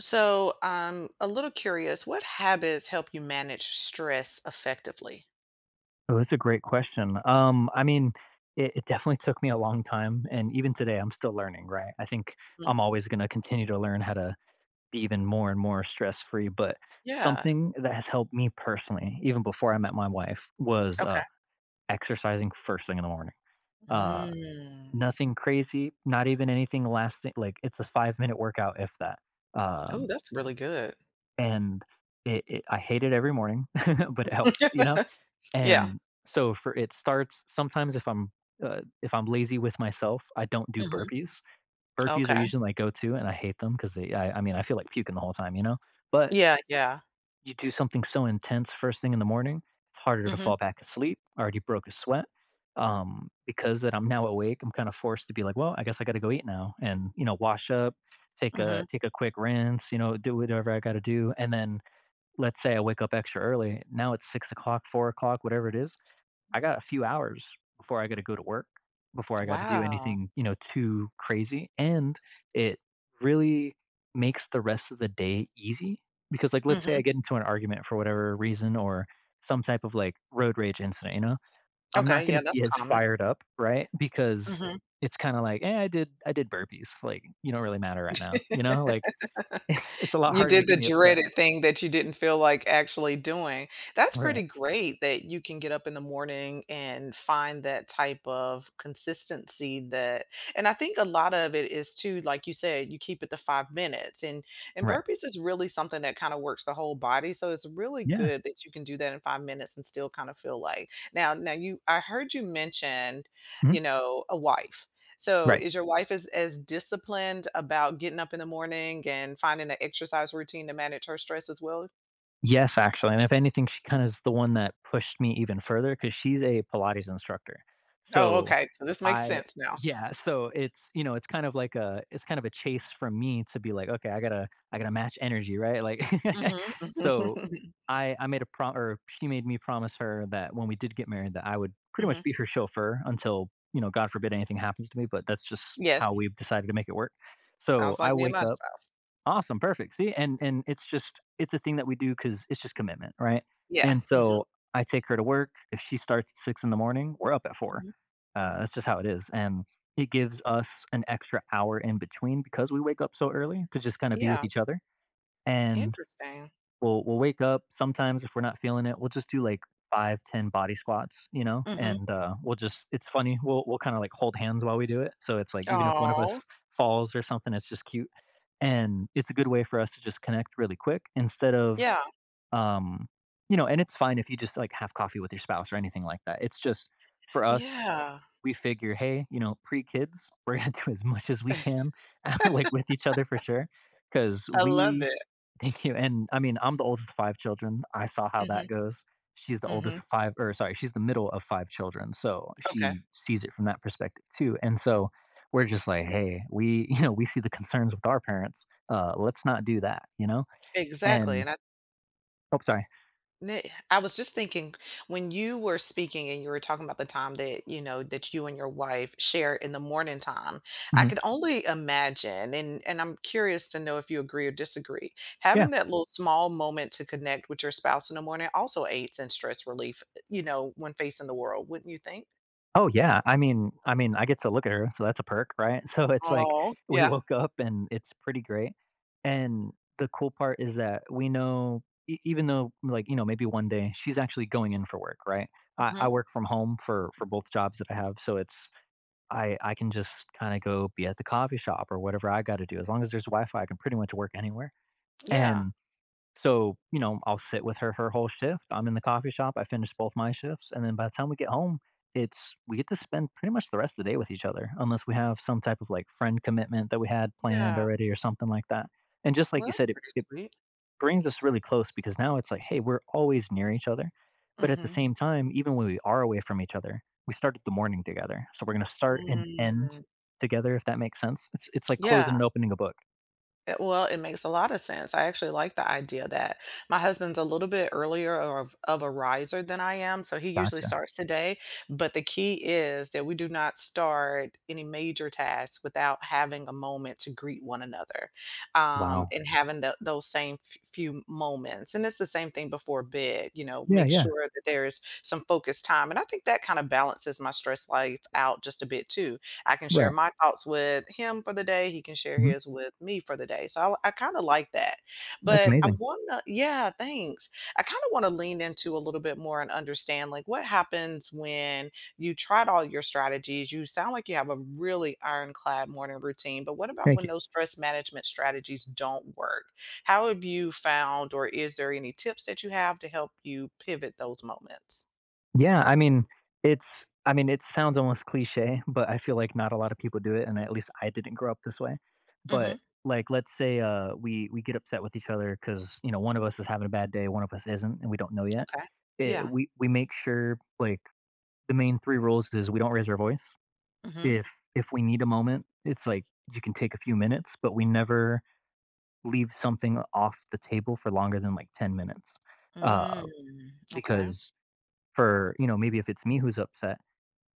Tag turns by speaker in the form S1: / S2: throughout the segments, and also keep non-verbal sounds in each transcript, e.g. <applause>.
S1: So, I'm a little curious, what habits help you manage stress effectively?
S2: Oh, that's a great question. I mean, it definitely took me a long time, and even today, I'm still learning. Right? I think
S1: Mhm.
S2: I'm always going to continue to learn how to be even more and more stress free. But
S1: Yeah.
S2: something that has helped me personally, even before I met my wife, was
S1: Okay.
S2: exercising first thing in the morning. Uh,
S1: Mm.
S2: Nothing crazy, not even anything lasting. Like it's a 5 minute workout, if that.
S1: Oh,
S2: Um,
S1: that's really good.
S2: and I hate it every morning, <laughs> but it helps.
S1: <laughs> Yeah.
S2: And so for it starts sometimes if I'm lazy with myself, I don't do
S1: Mhm.
S2: burpees. Burpees are
S1: Okay.
S2: usually my go-to, and I hate them because they, I mean, I feel like puking the whole time, you know? But
S1: Yeah, yeah.
S2: you do something so intense first thing in the morning, it's harder to
S1: Mhm,
S2: fall back asleep. I already broke a sweat. Because that I'm now awake, I'm kind of forced to be like, well, I guess I got to go eat now and, you know, wash up,
S1: mhm.
S2: take a quick rinse, you know, do whatever I got to do. And then let's say I wake up extra early. Now it's six o'clock, four o'clock, whatever it is, I got a few hours before I gotta go to work, before I gotta do
S1: Wow.
S2: anything, you know, too crazy, and it really makes the rest of the day easy, because, like, let's say
S1: Mhm.
S2: I get into an argument for whatever reason or some type of, like, road rage incident, you know? I'm
S1: Okay,
S2: not gonna
S1: yeah, that's
S2: be as
S1: common.
S2: fired up, right? Because
S1: Mhm.
S2: it's kinda like, "Eh, I did burpees, like, you don't really matter right now," you know? Like, <laughs> it's a lot
S1: You
S2: harder to
S1: did the
S2: get me upset.
S1: dreaded thing that you didn't feel like actually doing. That's pretty
S2: Right.
S1: great that you can get up in the morning and find that type of consistency that and I think a lot of it is too, like you said, you keep it to 5 minutes and
S2: Right.
S1: burpees is really something that kind of works the whole body. So it's really
S2: Yeah.
S1: good that you can do that in 5 minutes and still kind of feel like now now you I heard you mention,
S2: Mhm.
S1: a wife. So,
S2: Right.
S1: is your wife as disciplined about getting up in the morning and finding an exercise routine to manage her stress as well?
S2: Yes, actually, and if anything, she kinda is the one that pushed me even further because she's a Pilates instructor.
S1: Oh,
S2: So,
S1: okay, so this makes
S2: I
S1: sense now.
S2: yeah, so it's, you know, it's kind of a chase from me to be like, "Okay, I gotta match energy," right? Like
S1: Mhm,
S2: <laughs>
S1: mhm,
S2: so,
S1: <laughs>
S2: I made a prom or she made me promise her that when we did get married that I would pretty much be her chauffeur until, you know, God forbid anything happens to me, but that's just how
S1: Yes,
S2: we've decided to make it work. So,
S1: sounds like
S2: I
S1: me and
S2: wake
S1: my
S2: up.
S1: spouse.
S2: Awesome, perfect. See, and it's just it's a thing that we do because it's just commitment, right?
S1: Yeah,
S2: And
S1: mhm,
S2: so, I take her to work. If she starts at 6 in the morning, we're up at 4.
S1: mhm.
S2: That's just how it is, and it gives us an extra hour in between because we wake up so early to just kinda be with
S1: Yeah,
S2: each other, and
S1: interesting.
S2: we'll wake up sometimes, if we're not feeling it, we'll just do like 5, 10 body squats, you know,
S1: Mhm.
S2: and, we'll just we'll kinda, like, hold hands while we do it, so it's like even if one of
S1: Aw,
S2: us falls or something, it's just cute, and it's a good way for us to just connect really quick instead of,
S1: yeah,
S2: um you know, and it's fine if you just, like, have coffee with your spouse or anything like that. It's just for us
S1: yeah,
S2: we figure, hey, you know, pre kids, <laughs> we're gonna do as much as we can, <laughs> like with each other for sure, because
S1: I love
S2: we.
S1: it.
S2: <laughs> Thank you. And I mean, I'm the oldest of five children. I saw how
S1: Mhm,
S2: that goes. She's the oldest
S1: mhm,
S2: of five, or sorry, she's the middle of five children. So
S1: okay,
S2: she sees it from that perspective too. And so we're just like, hey, we, <laughs> you know, we see the concerns with our parents. Let's not do that, you know?
S1: exactly,
S2: And,
S1: and I
S2: oh, sorry.
S1: Ne I was just thinking when you were speaking and you were talking about the time that you and your wife share in the morning time. I
S2: Mhm.
S1: could only imagine, and I'm curious to know if you agree or disagree,
S2: Yeah.
S1: having that little small moment to connect with your spouse in the morning also aids in stress relief, when facing the world, wouldn't you think?
S2: Oh, yeah, I mean, I get to look at her, so that's a perk, right? <laughs> So it's like,
S1: Oh,
S2: we
S1: yeah.
S2: woke up and it's pretty great, and the cool part is that we know e even though, like, you know, maybe one day she's actually going in for work, right? I
S1: Mhm.
S2: work from home for both jobs that I have, so it's I can just kinda go be at the coffee shop or whatever I gotta do, as long as there's Wi-Fi, I can pretty much work anywhere,
S1: Yeah.
S2: and so, you know, I'll sit with her whole shift. I'm in the coffee shop. I finish both my shifts. And then by the time we get home, it's we get to spend pretty much the rest of the day with each other, unless we have some type of like friend commitment that we had planned
S1: Yeah.
S2: already or something like that. And just like
S1: Well,
S2: you
S1: that's
S2: said, it,
S1: pretty
S2: it
S1: sweet.
S2: brings us really close because now it's like, hey, we're always near each other. But at the
S1: Mhm.
S2: same time, even when we are away from each other, we started the morning together. So we're going to start and
S1: Mm,
S2: end together, if that makes sense. It's like
S1: yeah.
S2: closing and opening a book.
S1: Well, it makes a lot of sense. I actually like the idea that my husband's a little bit earlier of a riser than I am. So he usually
S2: Gotcha.
S1: starts today. But the key is that we do not start any major tasks without having a moment to greet one another,
S2: Wow.
S1: and having those same few moments. And it's the same thing before bed.
S2: Yeah.
S1: Make
S2: Yeah.
S1: sure that there is some focused time. And I think that kind of balances my stress life out just a bit too. I can share
S2: Right.
S1: my thoughts with him for the day, he can share
S2: Hmm.
S1: his with me for the day, so I kinda like that,
S2: That's
S1: but I
S2: amazing.
S1: wanna Yeah, thanks. I kinda wanna lean into a little bit more and understand, like, what happens when you tried all your strategies. You sound like you have a really ironclad morning routine, but what about
S2: Thank
S1: when
S2: you.
S1: those stress management strategies don't work? How have you found, or is there any tips that you have to help you pivot those moments?
S2: Yeah, I mean, it sounds almost cliche, but I feel like not a lot of people do it, and at least I didn't grow up this way. But
S1: Mhm.
S2: like, let's say we get upset with each other because you know one of us is having a bad day, one of us isn't, and we don't know yet.
S1: Okay. Yeah.
S2: We make sure like the main three rules is we don't raise our voice.
S1: Mhm.
S2: If if we need a moment, it's like you can take a few minutes, but we never leave something off the table for longer than like 10 minutes, uh,
S1: Mm, okay.
S2: because for you know maybe if it's me who's upset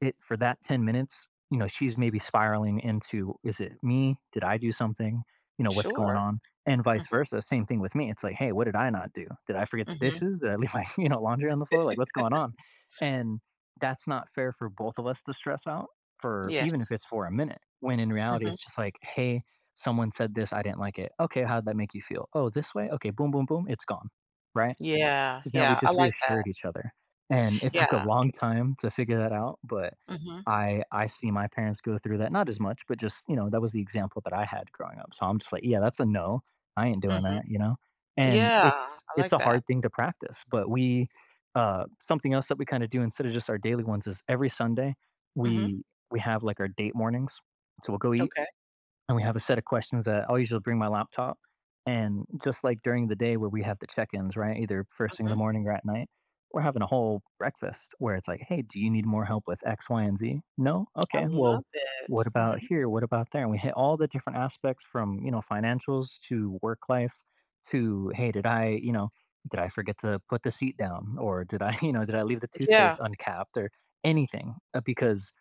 S2: it for that 10 minutes, you know, she's maybe spiraling into, "Is it me? Did I do something? You know, what's going
S1: Sure.
S2: on?" And
S1: Mhm,
S2: vice versa, same thing with me. It's like, "Hey, what did I not do? Did I forget the
S1: mhm.
S2: dishes? Did I leave my, <laughs> you know, laundry on the floor? Like, what's going on?" And that's not fair for both of us to stress out for even if
S1: Yes.
S2: it's for a minute, when in reality,
S1: Mhm.
S2: it's just like, "Hey, someone said this, I didn't like it. Okay, how did that make you feel? Oh, this way? Okay, boom, boom, boom, it's gone." Right?
S1: Yeah,
S2: Because now we
S1: yeah, I
S2: just
S1: like that.
S2: reassured each other. And it took a
S1: Yeah.
S2: long time to figure that out, but
S1: Mhm,
S2: I see my parents go through that not as much, but just you know that was the example that I had growing up. So I'm just like, yeah, that's a no. I ain't doing
S1: mhm.
S2: that, you know. And
S1: Yeah,
S2: it's
S1: I
S2: it's
S1: like
S2: a
S1: that.
S2: hard thing to practice, but we something else that we kind of do instead of just our daily ones is every Sunday
S1: Mhm.
S2: we we have like our date mornings. So we'll go eat
S1: Okay.
S2: and we have a set of questions that I'll usually bring my laptop. And just like during the day where we have the check ins, right? Either first thing in the
S1: Mhm.
S2: morning or at night, we're having a whole breakfast where it's like, hey, do you need more help with X, Y, and Z? No?
S1: I
S2: Okay.
S1: love
S2: Well, what
S1: it.
S2: about
S1: Mhm.
S2: here? What about there? And we hit all the different aspects from, you know, financials to work life to, hey, did I, you know, did I forget to put the seat down or did I, <laughs> you know, did I leave the toothpaste
S1: Yeah.
S2: uncapped or anything? Because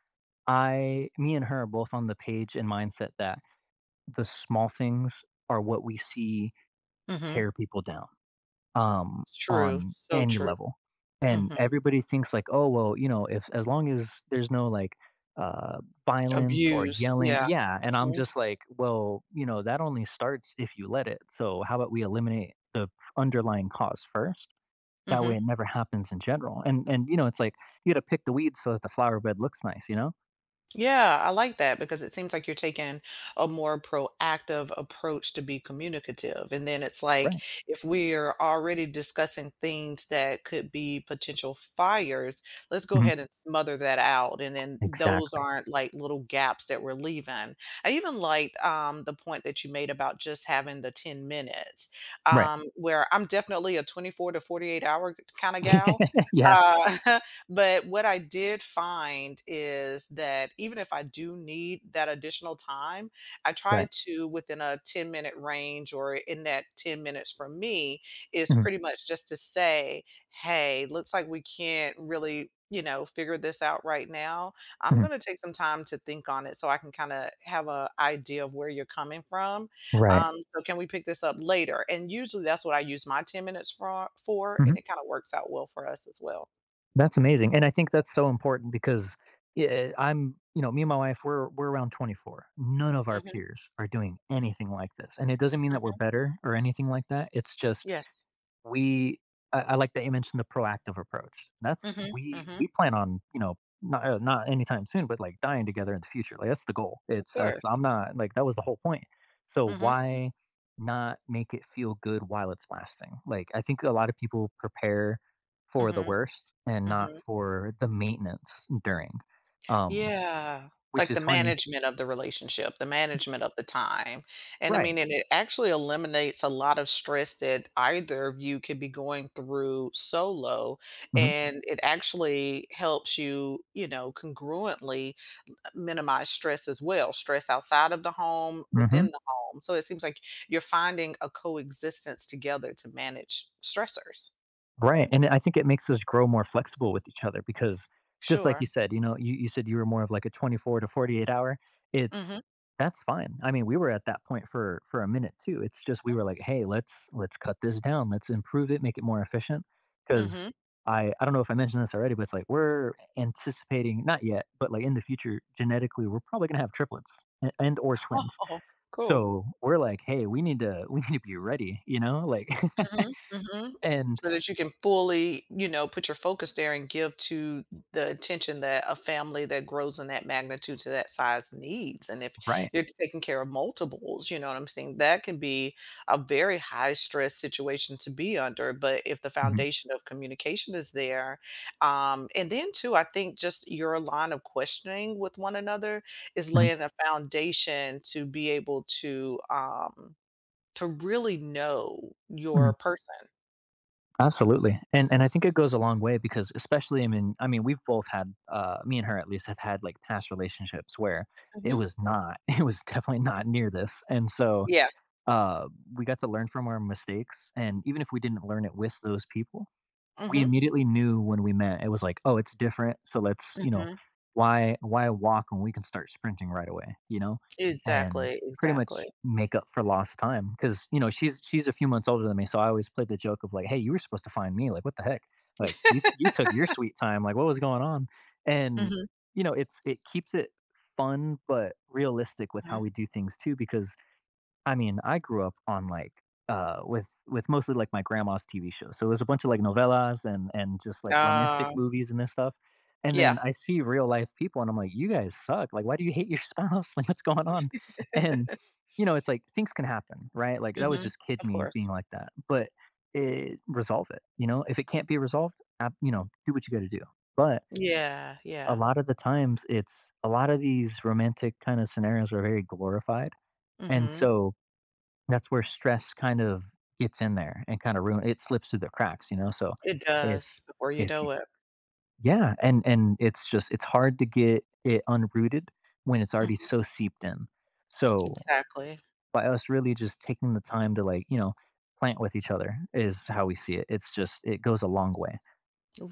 S2: me and her are both on the page and mindset that the small things are what we see
S1: Mhm.
S2: tear people down
S1: True,
S2: on
S1: so
S2: any
S1: true.
S2: level. And
S1: Mhm.
S2: everybody thinks like, oh well, you know, if as long as there's no like uh, violence or
S1: Abuse,
S2: yelling,
S1: yeah.
S2: yeah. And I'm
S1: Mhm,
S2: just like, well, you know, that only starts if you let it. So how about we eliminate the underlying cause first? That way,
S1: mhm.
S2: it never happens in general. And you know, it's like you got to pick the weeds so that the flower bed looks nice. You know,
S1: Yeah, I like that because it seems like you're taking a more proactive approach to be communicative. And then it's like,
S2: right?
S1: if we're already discussing things that could be potential fires, let's go
S2: Mhm.
S1: ahead and smother that out. And then those
S2: Exactly.
S1: aren't like little gaps that we're leaving. I even liked, the point that you made about just having the 10 minutes,
S2: Right.
S1: where I'm definitely a 24 to 48 hour kind of gal.
S2: <laughs> Yeah.
S1: Uh, <laughs> But what I did find is that even if I do need that additional time, I try
S2: Right.
S1: to within a 10-minute range, or in that 10 minutes for me is
S2: Mhm.
S1: pretty much just to say, hey, looks like we can't really, figure this out right now. I'm
S2: Mhm.
S1: going to take some time to think on it so I can kind of have an idea of where you're coming from.
S2: Right.
S1: So can we pick this up later? And usually that's what I use my 10 minutes for, and
S2: Mhm.
S1: it kind of works out well for us as well.
S2: That's amazing, and I think that's so important because, eh, I'm you know, me and my wife, we're around 24. None of our
S1: Mhm.
S2: peers are doing anything like this, and it doesn't mean that we're better or anything like that. It's just
S1: Yes.
S2: We I like that you mentioned the proactive approach. That's
S1: Mhm, mhm.
S2: we plan on, you know, not not anytime soon, but like dying together in the future. Like that's the goal.
S1: Of
S2: It's that's
S1: course.
S2: I'm not like that was the whole point. So
S1: Mhm,
S2: why not make it feel good while it's lasting? Like I think a lot of people prepare for the
S1: mhm,
S2: worst and not
S1: mhm.
S2: for the maintenance during. Um
S1: Yeah.
S2: which
S1: Like the
S2: is funny.
S1: management of the relationship, the management of the time. And I mean,
S2: Right.
S1: and it actually eliminates a lot of stress that either of you could be going through solo,
S2: Mhm.
S1: and it actually helps you, congruently minimize stress as well, stress outside of the home,
S2: Mhm.
S1: within the home. So it seems like you're finding a coexistence together to manage stressors.
S2: Right, and I think it makes us grow more flexible with each other because just like you
S1: Sure.
S2: said, you know, you said you were more of like a 24 to 48 hour. It's
S1: Mhm.
S2: That's fine. I mean, we were at that point for a minute too. It's just we were like, "Hey, let's cut this down. Let's improve it, make it more efficient." Cuz
S1: Mhm.
S2: I don't know if I mentioned this already, but it's like we're anticipating not yet, but like in the future genetically, we're probably going to have triplets and or twins.
S1: Oh, cool.
S2: So, we're like, "Hey, we need to <laughs> we need to be ready," you know? Like
S1: Mhm, mhm.
S2: <laughs> and
S1: So that you can fully, put your focus there and give to the attention that a family that grows in that magnitude to that size needs. And if
S2: right.
S1: you're taking care of multiples, you know what I'm saying, that can be a very high stress situation to be under. But if the
S2: Mhm.
S1: foundation of communication is there, and then too, I think just your line of questioning with one another is
S2: Mhm.
S1: laying a foundation to be able to really know your
S2: Mhm.
S1: person.
S2: Absolutely, and I think it goes a long way because especially I mean we've both had me and her at least have had like past relationships where it
S1: Mhm.
S2: was not <laughs> it was definitely not near this, and so
S1: Yeah.
S2: uh, we got to learn from our mistakes, and even if we didn't learn it with those people, we
S1: Mhm.
S2: immediately knew when we met, it was like, "Oh, it's different, so let's, you know,
S1: Mhm.
S2: why walk when we can start sprinting right away," you know?" And
S1: Exactly,
S2: pretty much
S1: exactly.
S2: make up for lost time because you know, she's a few months older than me, so I always played the joke of like, "Hey, you were supposed to find me, like, what the heck? Like, you took your sweet time, like, what was going on?" And,
S1: Mhm.
S2: you know, it keeps it fun, but realistic with how
S1: Mhm.
S2: we do things too because I mean, I grew up on, like, with mostly, like, my grandma's TV shows, so it was a bunch of, like, novellas and just, like, romantic
S1: Uh,
S2: movies and this stuff, and
S1: yeah.
S2: then I see real life people, and I'm like, "You guys suck, like, why do you hate your spouse? <laughs> Like, what's going on?" And,
S1: <laughs>
S2: you know, it's like, things can happen, right? Like, that was
S1: Mhm.
S2: just kid
S1: Of
S2: me being
S1: course.
S2: like that, but it resolve it, you know? If it can't be resolved, ab you know, do what you gotta do, but
S1: Yeah,
S2: a
S1: yeah.
S2: lot of the times, it's a lot of these romantic kinda scenarios are very glorified, and
S1: Mhm.
S2: so that's where stress kind of gets in there and kinda ruin it slips through the cracks, you know, so
S1: It
S2: if
S1: does before you
S2: if you
S1: know it.
S2: yeah, and it's just it's hard to get it unrooted when it's already
S1: Mhm.
S2: so seeped in. So,
S1: Exactly.
S2: by us really just taking the time to, like, you know, plant with each other is how we see it. It's just it goes a long way.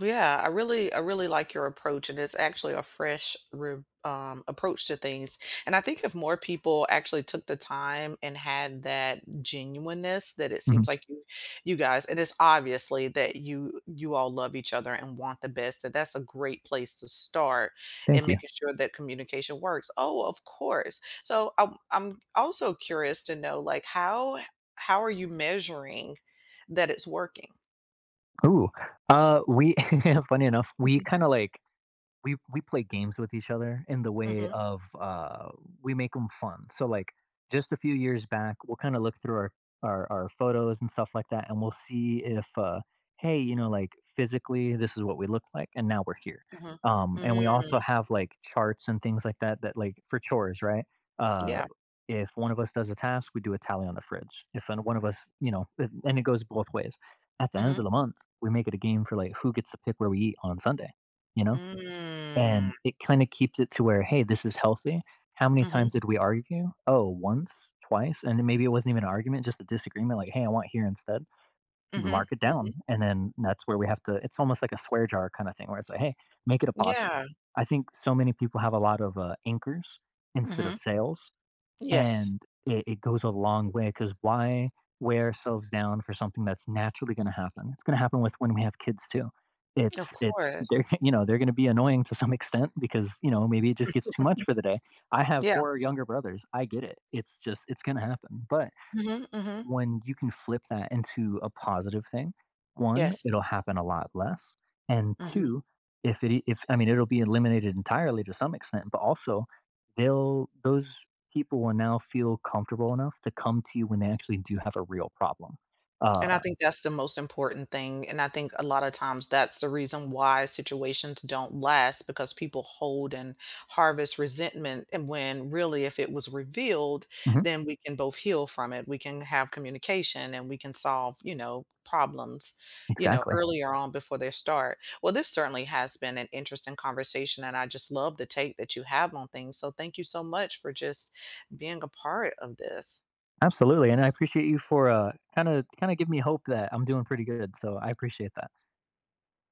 S1: Yeah, I really like your approach, and it's actually a fresh re approach to things. And I think if more people actually took the time and had that genuineness, that it seems
S2: Mhm.
S1: like you guys, and it's obviously that you all love each other and want the best. That's a great place to start in
S2: Thank you.
S1: making sure that communication works. Oh, of course. So I'm also curious to know, like, how are you measuring that it's working?
S2: Ooh, we <laughs> funny enough, we
S1: Mhm,
S2: kinda, like we play games with each other in the way
S1: mhm.
S2: of we make them fun, so like just a few years back we'll kind of look through our photos and stuff like that, and we'll see if hey, you know, like physically this is what we look like and now we're here.
S1: Mhm.
S2: And we also
S1: Mm.
S2: have like charts and things like that, like for chores, right? uh
S1: Yeah.
S2: if one of us does a task, we do a tally on the fridge if one of us, and it goes both ways. At the end
S1: Mhm.
S2: of the month, we make it a game for like who gets to pick where we eat on Sunday you know
S1: Mm.
S2: and it kinda keeps it to where, "Hey, this is healthy." How many times
S1: Mhm.
S2: did we argue? Oh, once, twice, and maybe it wasn't even an argument, just a disagreement, like, "Hey, I want here instead." We
S1: Mhm.
S2: mark it down,
S1: Mhm.
S2: and then that's where we have to it's almost like a swear jar kinda thing where it's like, "Hey, make it a positive."
S1: Yeah.
S2: I think so many people have a lot of, anchors instead of
S1: Mhm.
S2: sales,
S1: Yes.
S2: and it goes a long way because why wear ourselves down for something that's naturally going to happen? It's going to happen with when we have kids too.
S1: Of
S2: It's
S1: course.
S2: they're <laughs> you know they're going to be annoying to some extent because you know maybe it just gets too much
S1: Mhm.
S2: for the day. I have
S1: Yeah.
S2: four younger brothers. I get it. It's just it's going to happen. But
S1: Mhm. Mhm.
S2: when you can flip that into a positive thing, one,
S1: Yes.
S2: it'll happen a lot less, and
S1: Mhm.
S2: two, if it if I mean, it'll be eliminated entirely to some extent, but also they'll those people will now feel comfortable enough to come to you when they actually do have a real problem.
S1: And I
S2: Uh,
S1: think that's the most important thing, and I think a lot of times that's the reason why situations don't last because people hold and harvest resentment, and when really if it was revealed,
S2: mhm,
S1: then we can both heal from it, we can have communication, and we can solve, problems,
S2: exactly.
S1: earlier on before they start. Well, this certainly has been an interesting conversation, and I just love the take that you have on things, so thank you so much for just being a part of this.
S2: Absolutely, and I appreciate you for, kinda give me hope that I'm doing pretty good, so I appreciate that.